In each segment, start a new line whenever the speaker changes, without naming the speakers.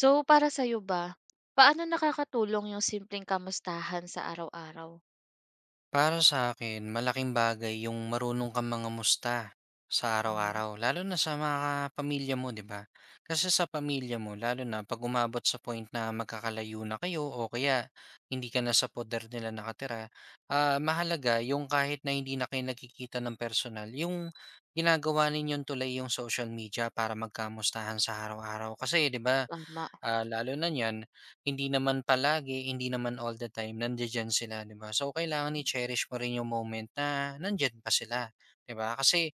So, para sa'yo ba, paano nakakatulong yung simpleng kamustahan sa araw-araw?
Para sa akin malaking bagay yung marunong kang mga musta sa
Mhm.
araw-araw, lalo na sa mga pamilya mo, 'di ba? Kasi sa pamilya mo, lalo na 'pag umabot sa point na magkakalayo na kayo o kaya hindi ka na sa poder nila nakatira, mahalaga yung kahit na hindi na kayo nakikita ng personal, yung ginagawa ninyong tulay yung social media para magkamustahan sa araw-araw. Kasi, 'di ba,
Tama.
Lalo na niyan, hindi naman palagi, hindi naman all the time nandiya sila, 'di ba? So, kailangan i-cherish mo rin yung moment na nandiyan pa sila, 'di ba? Kasi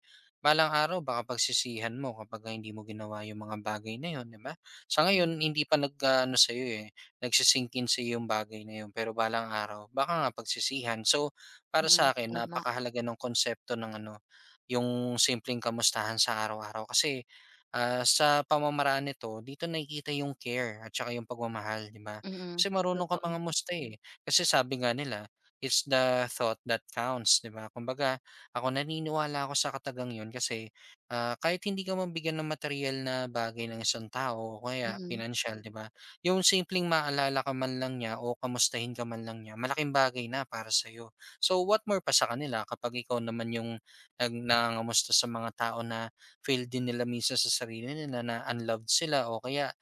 balang araw baka pagsisihan mo kapagka hindi mo ginawa yung mga bagay na yun, 'di ba? Sa
Mm,
ngayon, hindi pa nag-aano sa'yo, eh, nagsi sa'yo yung bagay na yun, pero balang araw baka nga pagsisihan. So, para
mm.
sa sa'kin
Tama.
napakahalaga ng konsepto ng ano, yung simpleng kamustahan sa araw-araw kasi sa pamamaraan nito dito nakikita yung care at saka yung pagmamahal, 'di ba?
Mm,
Kasi marunong kang
totoo.
mangamusta, eh. Kasi sabi nga nila, it's the thought that counts, 'di ba? Kumbaga naniniwala ako sa katagang 'yun kasi, kahit hindi ka mabigyan ng material na bagay ng isang tao o kaya
Mm,
financial, 'di ba? Yung simpleng maalala ka man lang niya o kamustahin ka man lang niya, malaking bagay na para sa'yo. So, what more pa sa kanila kapag ikaw naman yung nangangamusta sa mga tao na feel din nila minsan sa sarili nila na unloved sila o kaya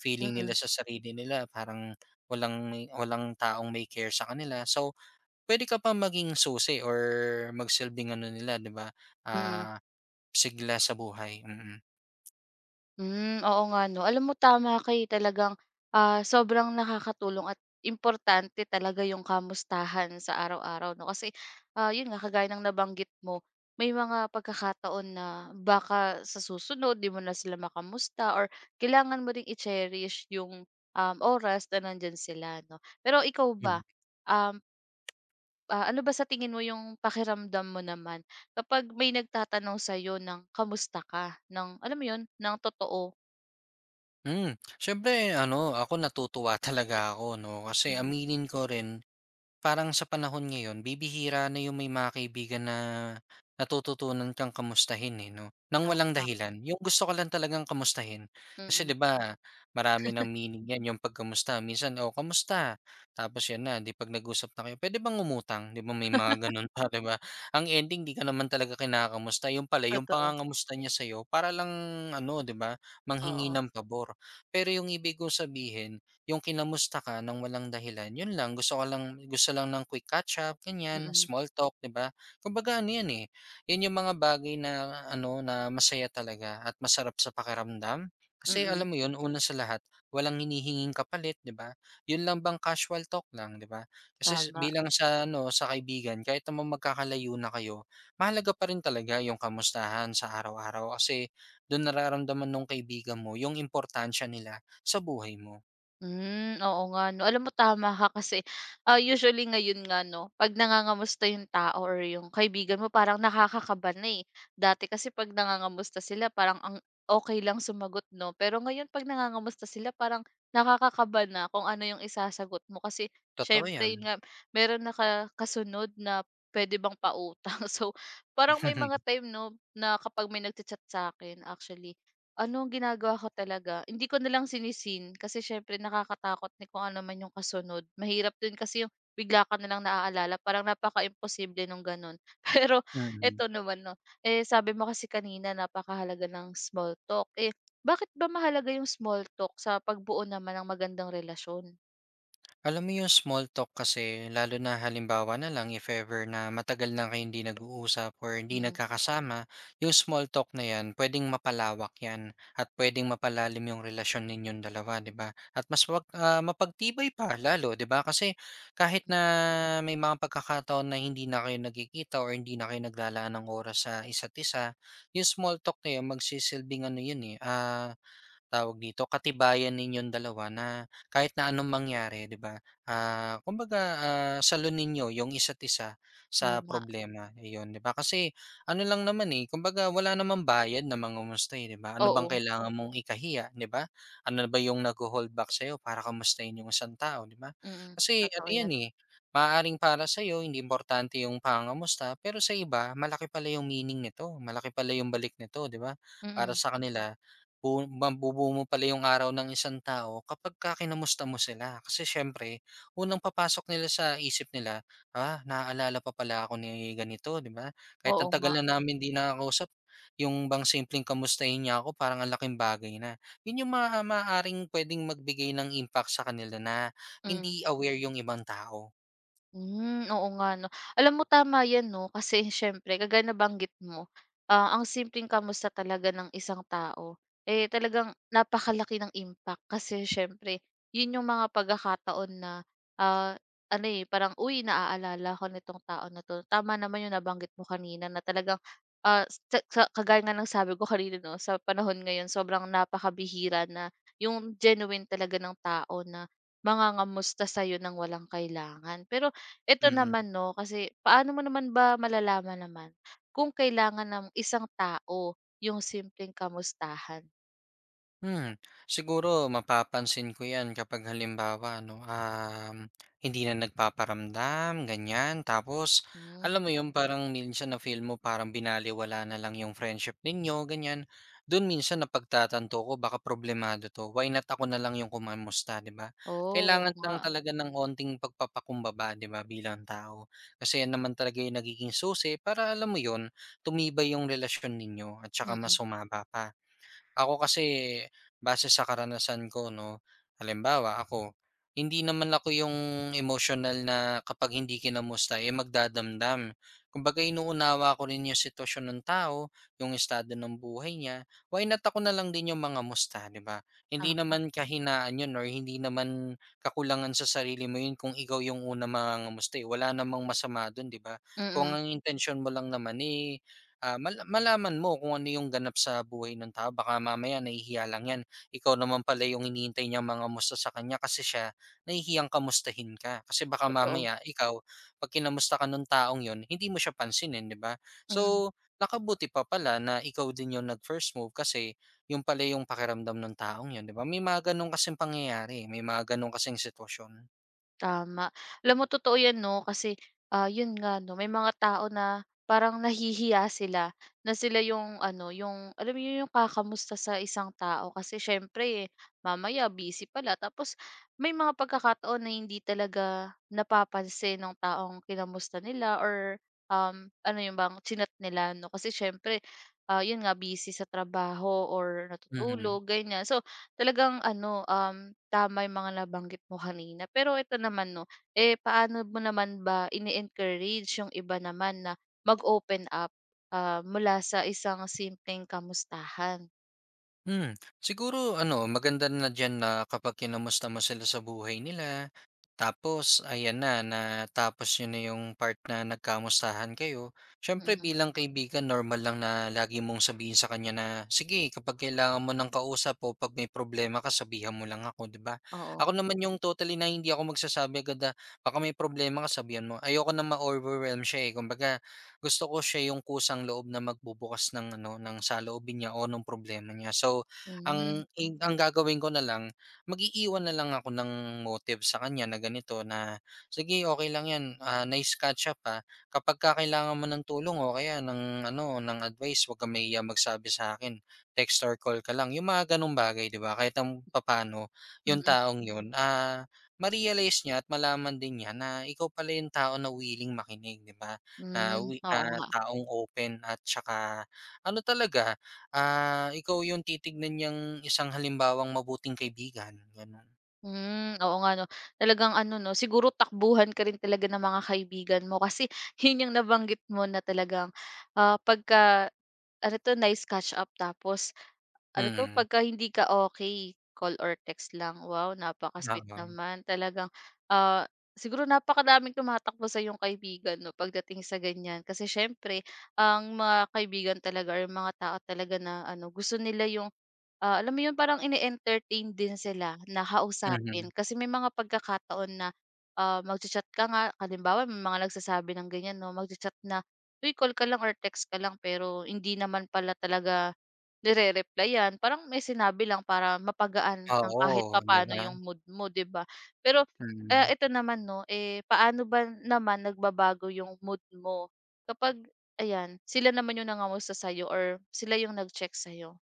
feeling nila
mm,
sa sarili nila parang walang taong may care sa kanila. So, pwede ka pa maging susi or magsilbing ano nila, 'di ba,
mm.
ah, sigla sa buhay. Mm.
Hmm, oo nga 'no. Alam mo tama kay eh, talagang, sobrang nakakatulong at importante talaga yung kamustahan sa araw-araw 'no. Kasi, yun nga kagaya ng nabanggit mo, may mga pagkakataon na baka sa susunod di mo na sila makamusta or kailangan mo ring i-cherish yung, oras na nandiyan sila 'no. Pero ikaw
Mhm.
ba, um, ano ba sa tingin mo yung pakiramdam mo naman kapag may nagtatanong sa'yo ng kamusta ka, ng alam mo yun, ng totoo?
Hmm, siyempre ano, ako natutuwa talaga ako 'no, kasi aminin ko rin parang sa panahon ngayon bibihira na yung may mga kaibigan na natututunan kang kamustahin, eh, 'no, nang walang
Tama,
dahilan. Yung gusto ka lang talagang kamustahin. Kasi, 'di
mm.
ba, marami ng meaning 'yan, yung pagkamusta. Minsan, "Oh, kamusta?" Tapos 'yun na, 'di 'pag nag-usap na kayo, "Puwede bang umutang?" 'Di ba, may mga gano'n pa, 'di ba? Ang ending 'di ka naman talaga kinakamusta. Yung pala, yung
Totoo,
pangangamusta niya sa'yo para lang ano, 'di ba, manghingi
oo.
ng pabor. Pero yung ibig kong sabihin yung kinamusta ka ng walang dahilan, yun lang gusto lang ng quick catch up, ganyan,
Mm,
small talk, 'di ba? Kumbaga ano yan, eh, yun yung mga bagay na ano, na masaya talaga at masarap sa pakiramdam. Kasi
mm,
alam mo yun, una sa lahat, walang hinihinging kapalit, 'di ba? Yun lang bang casual talk lang, 'di ba? Kasi
tama.
bilang sa ano, sa kaibigan, kahit naman magkakalayo na kayo, mahalaga pa rin talaga yung kamustahan sa araw-araw kasi doon nararamdaman nung kaibigan mo yung importansya nila sa buhay mo.
Hmm, oo nga 'no. Alam mo tama ka kasi, usually ngayon nga 'no, 'pag nangangamusta yung tao or yung kaibigan mo parang nakakakaba na, eh. Dati kasi 'pag nangangamusta sila parang ang okay lang sumagot 'no, pero ngayon 'pag nangangamusta sila parang nakakakaba na kung ano yung isasagot mo kasi
Totoo
siyempre yun
'yan.
nga, meron na ka kasunod na pwede bang pautang. So, parang may mga time 'no, na kapag may nagcha-chat sa'kin actually ano ang ginagawa ko talaga, hindi ko na lang sini-seen kasi siyempre nakakatakot na kung ano man yung kasunod. Mahirap din kasi yung bigla ka na lang naaalala parang napaka-imposible nung gano'n. Pero
Mm.
eto naman 'no, eh, sabi mo kasi kanina napakahalaga ng small talk, eh, bakit ba mahalaga yung small talk sa pagbuo naman ng magandang relasyon?
Alam mo yung small talk kasi lalo na halimbawa na lang if ever na matagal na kayong hindi nag-uusap or hindi
Mm,
nagkakasama, yung small talk na 'yan puwedeng mapalawak 'yan at puwedeng mapalalim yung relasyon ninyong dalawa, 'di ba? At mas wag mapagtibay pa lalo, 'di ba? Kasi kahit
mm,
na may mga pagkakataon na hindi na kayo nagkikita or hindi na kayo naglalaan ng oras sa isa't isa, yung small talk na 'yan magsisilbing ano 'yun, eh, tawag dito, katibayan ninyong dalawa na kahit na anong mangyari, 'di ba? Kumbaga, salon ninyo yung isa't isa sa
tama.
problema, ayun, 'di ba? Kasi ano lang naman eh, kumbaga wala namang bayad na mangumustahin, 'di ba? Ano bang
Oo,
kailangan mong ikahiya, 'di ba? Ano ba yung nagho-hold back sa para kamustahin yung isang tao, 'di ba?
mm,
Kasi ano
totoo
'yan
'yan.
eh, maaaring para sa iyo hindi importante yung pangamusta, pero sa iba malaki pala yung meaning nito, malaki pala yung balik nito, 'di ba? Para
Mm,
sa kanila mabubuo mo pala yung araw ng isang tao kapagka kinamusta mo sila. Kasi siyempre, unang papasok nila sa isip nila, "Ah, naaalala pa pala ako ni ganito," 'di ba? Kahit ang
oo
tagal
nga,
na namin 'di nakakausap, yung bang simpleng kamustahin niya ako parang ang laking bagay na. Yun yung maaaring puwedeng magbigay ng impact sa kanila na
mm.
hindi aware yung ibang tao.
Hmm, oo nga 'no. Alam mo tama 'yan 'no, kasi siyempre kagaya nabanggit mo, ang simpleng kamusta talaga ng isang tao, eh, talagang napakalaki ng impact. Kasi siyempre 'yun yung mga pagkakataon na, ah, ano, eh, parang, "Uy, naaalala ko nitong tao na 'to." Tama naman yung nabanggit mo kanina na talagang, sa kagaya nga ng sabi ko kanina 'no, sa panahon ngayon sobrang napakabihira na yung genuine talaga ng tao na mangangamusta sa'yo ng walang kailangan. Pero ito
Mm.
naman 'no, kasi paano mo naman ba malalaman naman kung kailangan ng isang tao yung simpleng kamustahan?
Hmm, siguro mapapansin ko 'yan kapag halimbawa no, hindi na nagpaparamdam ganyan. Tapos
Hmm,
alam mo yung parang minsan na-feel mo parang binaliwala na lang 'yung friendship ninyo ganyan. Do'n minsan napagtatanto ko baka problemado 'to, why not ako na lang 'yung kumamusta, 'di ba?
oh, oo
Kailangan lang
nga.
talaga ng onting pagpapakumbaba, 'di ba, bilang tao. Kasi 'yan naman talaga 'yung nagiging susi para alam mo 'yun, tumibay 'yung relasyon ninyo at saka mas
Mm,
humaba pa. Ako kasi base sa karanasan ko 'no, halimbawa ako, hindi naman ako yung emotional na kapag hindi kinamusta, eh, magdadamdam. Kumbaga inuunawa ko rin yung sitwasyon ng tao, yung estado ng buhay niya, why not ako na lang din yung mga musta, 'di ba? Hindi
ah,
naman kahinaan yun or hindi naman kakulangan sa sarili mo yun kung ikaw yung unang mangangamusta, eh, wala namang masama dun, 'di ba? Kung
mm,
ang intention mo lang naman, eh, malaman mo kung ano yung ganap sa buhay ng tao baka mamaya nahihiya lang 'yan. Ikaw naman pala yung hinihintay niya mga mangamusta sa kanya kasi siya nahihiyang kamustahin ka. Kasi baka
totoo.
mamaya ikaw 'pag kinamusta ka nung taong 'yon hindi mo siya pansinin, 'di ba?
Mm.
So, nakabuti pa pala na ikaw din yung nag-first move kasi yung pala yung pakiramdam ng taong 'yon, 'di ba? May mga gano'n kasing pangyayari, eh, may mga gano'n kasing sitwasyon.
Tama. Alam mo totoo 'yan 'no, kasi, 'yun nga 'no, may mga tao na parang nahihiya sila na sila yung ano, yung alam mo 'yun, yung kakamusta sa isang tao kasi siyempre mamaya busy pala tapos may mga pagkakataon na hindi talaga napapansin nung taong kinamusta nila or, ano yung bang chinat nila 'no, kasi siyempre, 'yun nga busy sa trabaho or
Mhm.
natutulog, ganiyan. So, talagang ano, tama yung mga nabanggit mo kanina. Pero ito naman 'no, eh, paano mo naman ba ini-encourage yung iba naman na mag-open up, mula sa isang simpleng kamustahan?
Hmm, siguro ano, maganda na diyan na kapag kinamusta mo sila sa buhay nila, tapos ayan na, natapos yun na yung part na nagkamustahan kayo. Siyempre
Mm,
bilang kaibigan, normal lang na lagi mong sabihin sa kanya na, sige, kapag kailangan mo ng kausap o pag may problema ka, sabihan mo lang ako, di ba?
oo.
Ako naman yung totally na hindi ako magsasabi agad na, baka may problema ka, sabihan mo. Ayoko na ma-overwhelm siya eh. Kumbaga, gusto ko siya yung kusang loob na magbubukas ng ano, ng saloobin niya o ng problema niya. So,
Hmm,
ang gagawin ko na lang, mag-iiwan na lang ako ng motive sa kanya na ganito na, "Sige, okey lang 'yan, nice catch up, ha. Kapagka kailangan mo ng tulong o kaya ng ano, ng advice, 'wag kang mahiya magsabi sa akin. Text or call ka lang." Yung mga gano'ng bagay, 'di ba? Kahit ang papano yung
mm,
taong yun, ma-realize niya at malaman din niya na ikaw pala yung tao na willing makinig, 'di ba? Na
hmm,
wi
oo
na
nga.
taong open at saka ano talaga, ikaw yung titignan niyang isang halimbawang mabuting kaibigan, gano'n.
Hmm, oo nga 'no. Talagang ano 'no, siguro takbuhan ka rin talaga ng mga kaibigan mo kasi yun yung nabanggit mo na talagang, pagka ano 'to, nice catch up tapos ano 'to,
Mm,
pagka hindi ka okay, call or text lang. Wow, napaka-sweet
oo.
naman. Talagang, ah, siguro napakadaming tumatakbo sa yung kaibigan 'no pagdating sa ganyan. Kasi siyempre ang mga kaibigan talaga or yung mga tao talaga na ano, gusto nila yung alam mo yun parang ine-entertain din sila na kausapin
Mhm.
kasi may mga pagkakataon na, magcha-chat ka nga halimbawa may mga nagsasabi ng ganyan 'no, magcha na, "Uy, call ka lang or text ka lang," pero hindi naman pala talaga nire-replyan parang may sinabi lang para mapagaan ng kahit
Oo, 'di
papaano
ba?
yung mood mo 'di ba? Pero, eh
Mm.
ito naman 'no, eh, paano ba naman nagbabago yung mood mo kapag ayan, sila naman yung nangamusta sa'yo or sila yung nag-check sa'yo?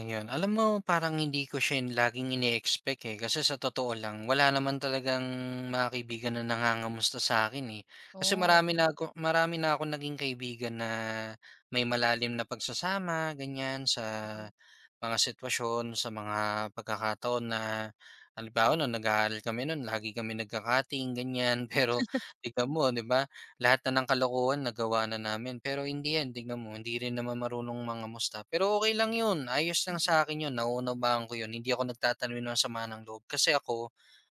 Ayun. Alam mo parang hindi ko siya laging ine-expect, eh, kasi sa totoo lang wala naman talagang mga kaibigan na nangangamusta sa akin eh. Kasi
Oh,
marami na ako naging kaibigan na may malalim na pagsasama, ganyan, sa
mm.
mga sitwasyon, sa mga pagkakataon na halimbawa no'ng nag-aaral kami no'n lagi kami nagka ganyan. Pero tignan mo, 'di ba, lahat na ng kalokohan nagawa na namin. Pero in the end, tignan mo, hindi rin naman marunong mga musta. Pero okay lang yun, ayos lang
Mm,
sa akin yun, nauunawaan ko yun. Hindi ako nagtatanwin ng sama ng loob kasi ako,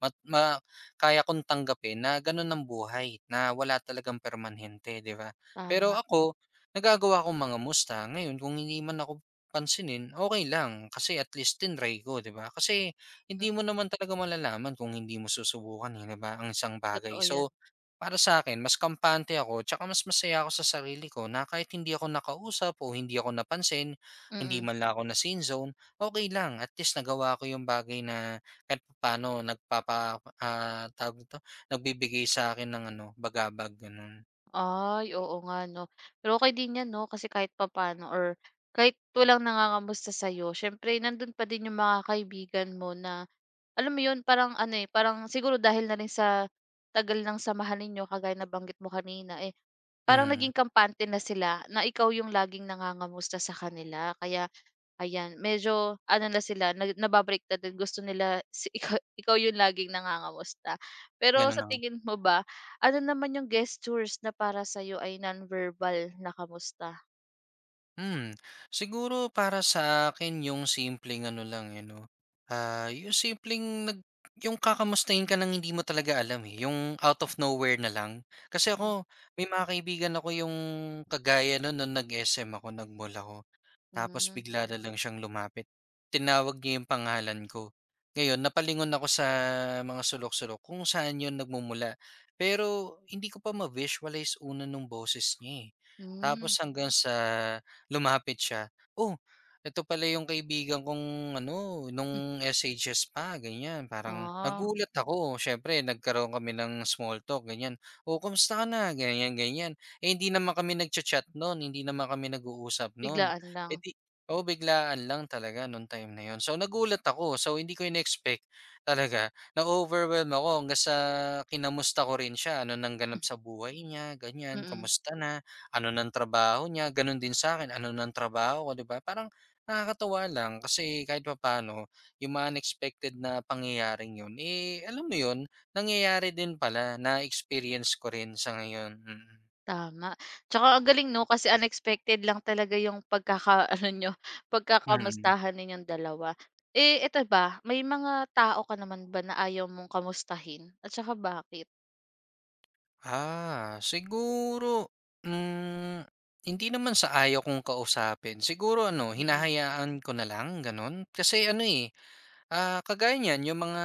mat, ma, kaya kong tanggapin na ganun ang buhay, na wala talagang permanente, di ba? Pero
tama.
ako, nagagawa akong mga musta. Ngayon, kung hindi man ako pansinin, okay lang. Kasi at least tinry ko, di ba? Kasi
Mm,
hindi mo naman talaga malalaman kung hindi mo susubukan, eh, di ba? Ang isang bagay.
totoo yan.
So, para sa akin mas kampante ako tsaka mas masaya ako sa sarili ko na kahit hindi ako nakausap o hindi ako napansin, hindi
Mm.
man lang ako na seen zone, okey lang at least nagawa ko yung bagay na kahit paano tawag dito, nagbibigay sa'kin ng ano, bagabag gano'n.
Ay, oo nga 'no. Pero okey din yan 'no, kasi kahit papaano or kahit walang nangangamusta sa'yo siyempre nandun pa din yung mga kaibigan mo na alam mo yun parang ano, eh, parang siguro dahil na rin sa tagal ng samahan ninyo kagaya na banggit mo kanina, eh, parang
Mhm,
naging kampante na sila na ikaw yung laging nangangamusta sa kanila kaya ayan, medyo ano na sila naba na din gusto nila si ikaw yung laging nangangamusta. Pero
gano'n
sa
na nga.
tingin mo ba, ano naman yung gestures na para sa'yo ay non-verbal na kamusta?
Hmm, siguro para sa akin yung simpleng ano lang, eh, 'no, ah, yung simpleng nag yung kakamustahin ka ng hindi mo talaga alam, eh, yung out of nowhere na lang. Kasi ako, may mga kaibigan ako yung kagaya nun nung nag-SM ako, nag-mall ako. Tapos
Hmm,
bigla na lang siyang lumapit. Tinawag niya yung pangalan ko. Ngayon napalingon ako sa mga sulok-sulok kung saan yun nagmumula. Pero hindi ko pa ma-visualize una nung boses niya, eh. Tapos
hmm.
hanggang sa lumapit siya, "Oh, eto pala yung kaibigan kong ano, nung SHS pa," ganyan. Parang
Ah,
nagulat ako, siyempre nagkaroon kami ng small talk, ganyan. "Oh, kamusta ka na?" ganyan, ganyan. Eh, hindi naman kami nagcha-chat nun, hindi naman kami nag-uusap nun.
biglaan lang.
Eh, oo, biglaan lang talaga nung time na yun. So, nagulat ako. So, hindi ko in-expect talaga. Na-overwhelm ako hanggang sa kinamusta ko rin siya. Ano nang ganap sa buhay niya, ganyan,
Mm,
kamusta na, ano nang trabaho niya, ganun din sa akin, ano nang trabaho ko, 'di ba? Parang nakakatuwa lang kasi kahit papaano yung mga unexpected na pangyayaring yun, eh, alam mo yun, nangyayari din pala, na-experience ko rin sa ngayon. Mm.
tama. Tsaka ang galing 'no, kasi unexpected lang talaga yung pagkakaano niyo,
Mm.
pagkakamustahan ninyong dalawa. Eh, eto ba, may mga tao ka naman ba na ayaw mong kamustahin at saka bakit?
Siguro, hmm, hindi naman sa ayaw kong kausapin. Siguro ano, hinahayaan ko na lang, gano'n. Kasi ano, eh, kagaya niyan yung mga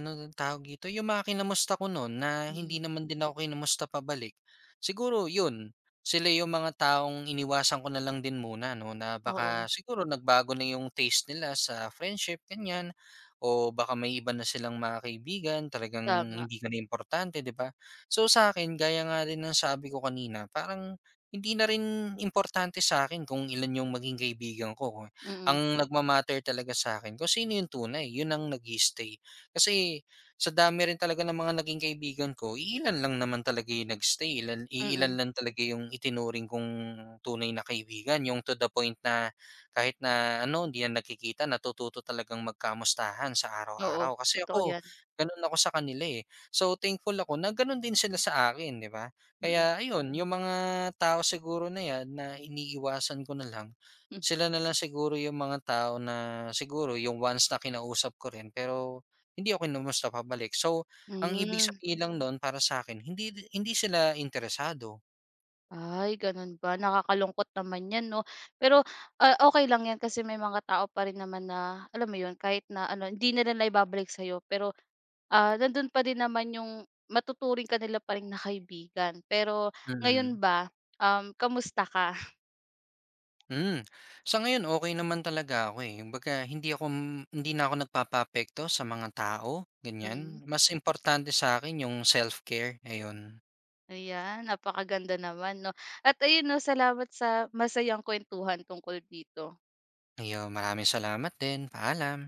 ano dun tawag dito, yung mga kinamusta ko nun na
Mm,
hindi naman din ako kinamusta pabalik, siguro yun, sila yung mga taong iniwasan ko na lang din muna 'no, na
oo,
baka siguro nagbago na yung taste nila sa friendship ganyan, o baka may iba na silang mga kaibigan talagang
tama.
hindi ka na importante 'di ba? So sa akin gaya nga rin ng sabi ko kanina parang hindi na rin importante sa akin kung ilan yung maging kaibigan ko, ang
Mm,
nagma-matter talaga sa'kin kung sino yung tunay, yun ang nag stay. Kasi sa dami rin talaga ng mga naging kaibigan ko, ilan ilan
mm,
lang talaga yung itinuring kong tunay na kaibigan, yung to the point na kahit na ano, hindi na nagkikita natututo talagang magkamustahan sa
oo,
araw-araw. Kasi
totoo
ako,
'yan.
gano'n ako sa kanila, eh. So, thankful ako na gano'n din sila sa akin, 'di ba?
Mm,
Kaya ayun, yung mga tao siguro na 'yan na iniiwasan ko na lang,
hmm.
sila na lang siguro yung mga tao na siguro yung once na kinausap ko rin pero hindi ako kinumusta pabalik. So, ang ibig
Hmm.
sabihin lang nun para sa akin hindi hindi sila interesado.
Ay gano'n ba, nakakalungkot naman 'yan 'no. Pero, okey lang 'yan kasi may mga tao pa rin naman na alam mo 'yun, kahit na ano hindi nila naibabalik sa'yo pero, nandun pa din naman 'yung matuturing ka nila pa rin na kaibigan. Pero
Mm,
ngayon ba, kamusta ka?
hmm. Sa ngayon okay naman talaga ako, eh, kumbaga hindi na ako nagpapapekto sa mga tao,
Mm,
ganyan. Mas importante sa akin yung self-care, ayun.
ayan napakaganda naman 'no. At ayun 'no, salamat sa masayang kuwentuhan tungkol dito.
Ayun, maraming salamat din. Paalam.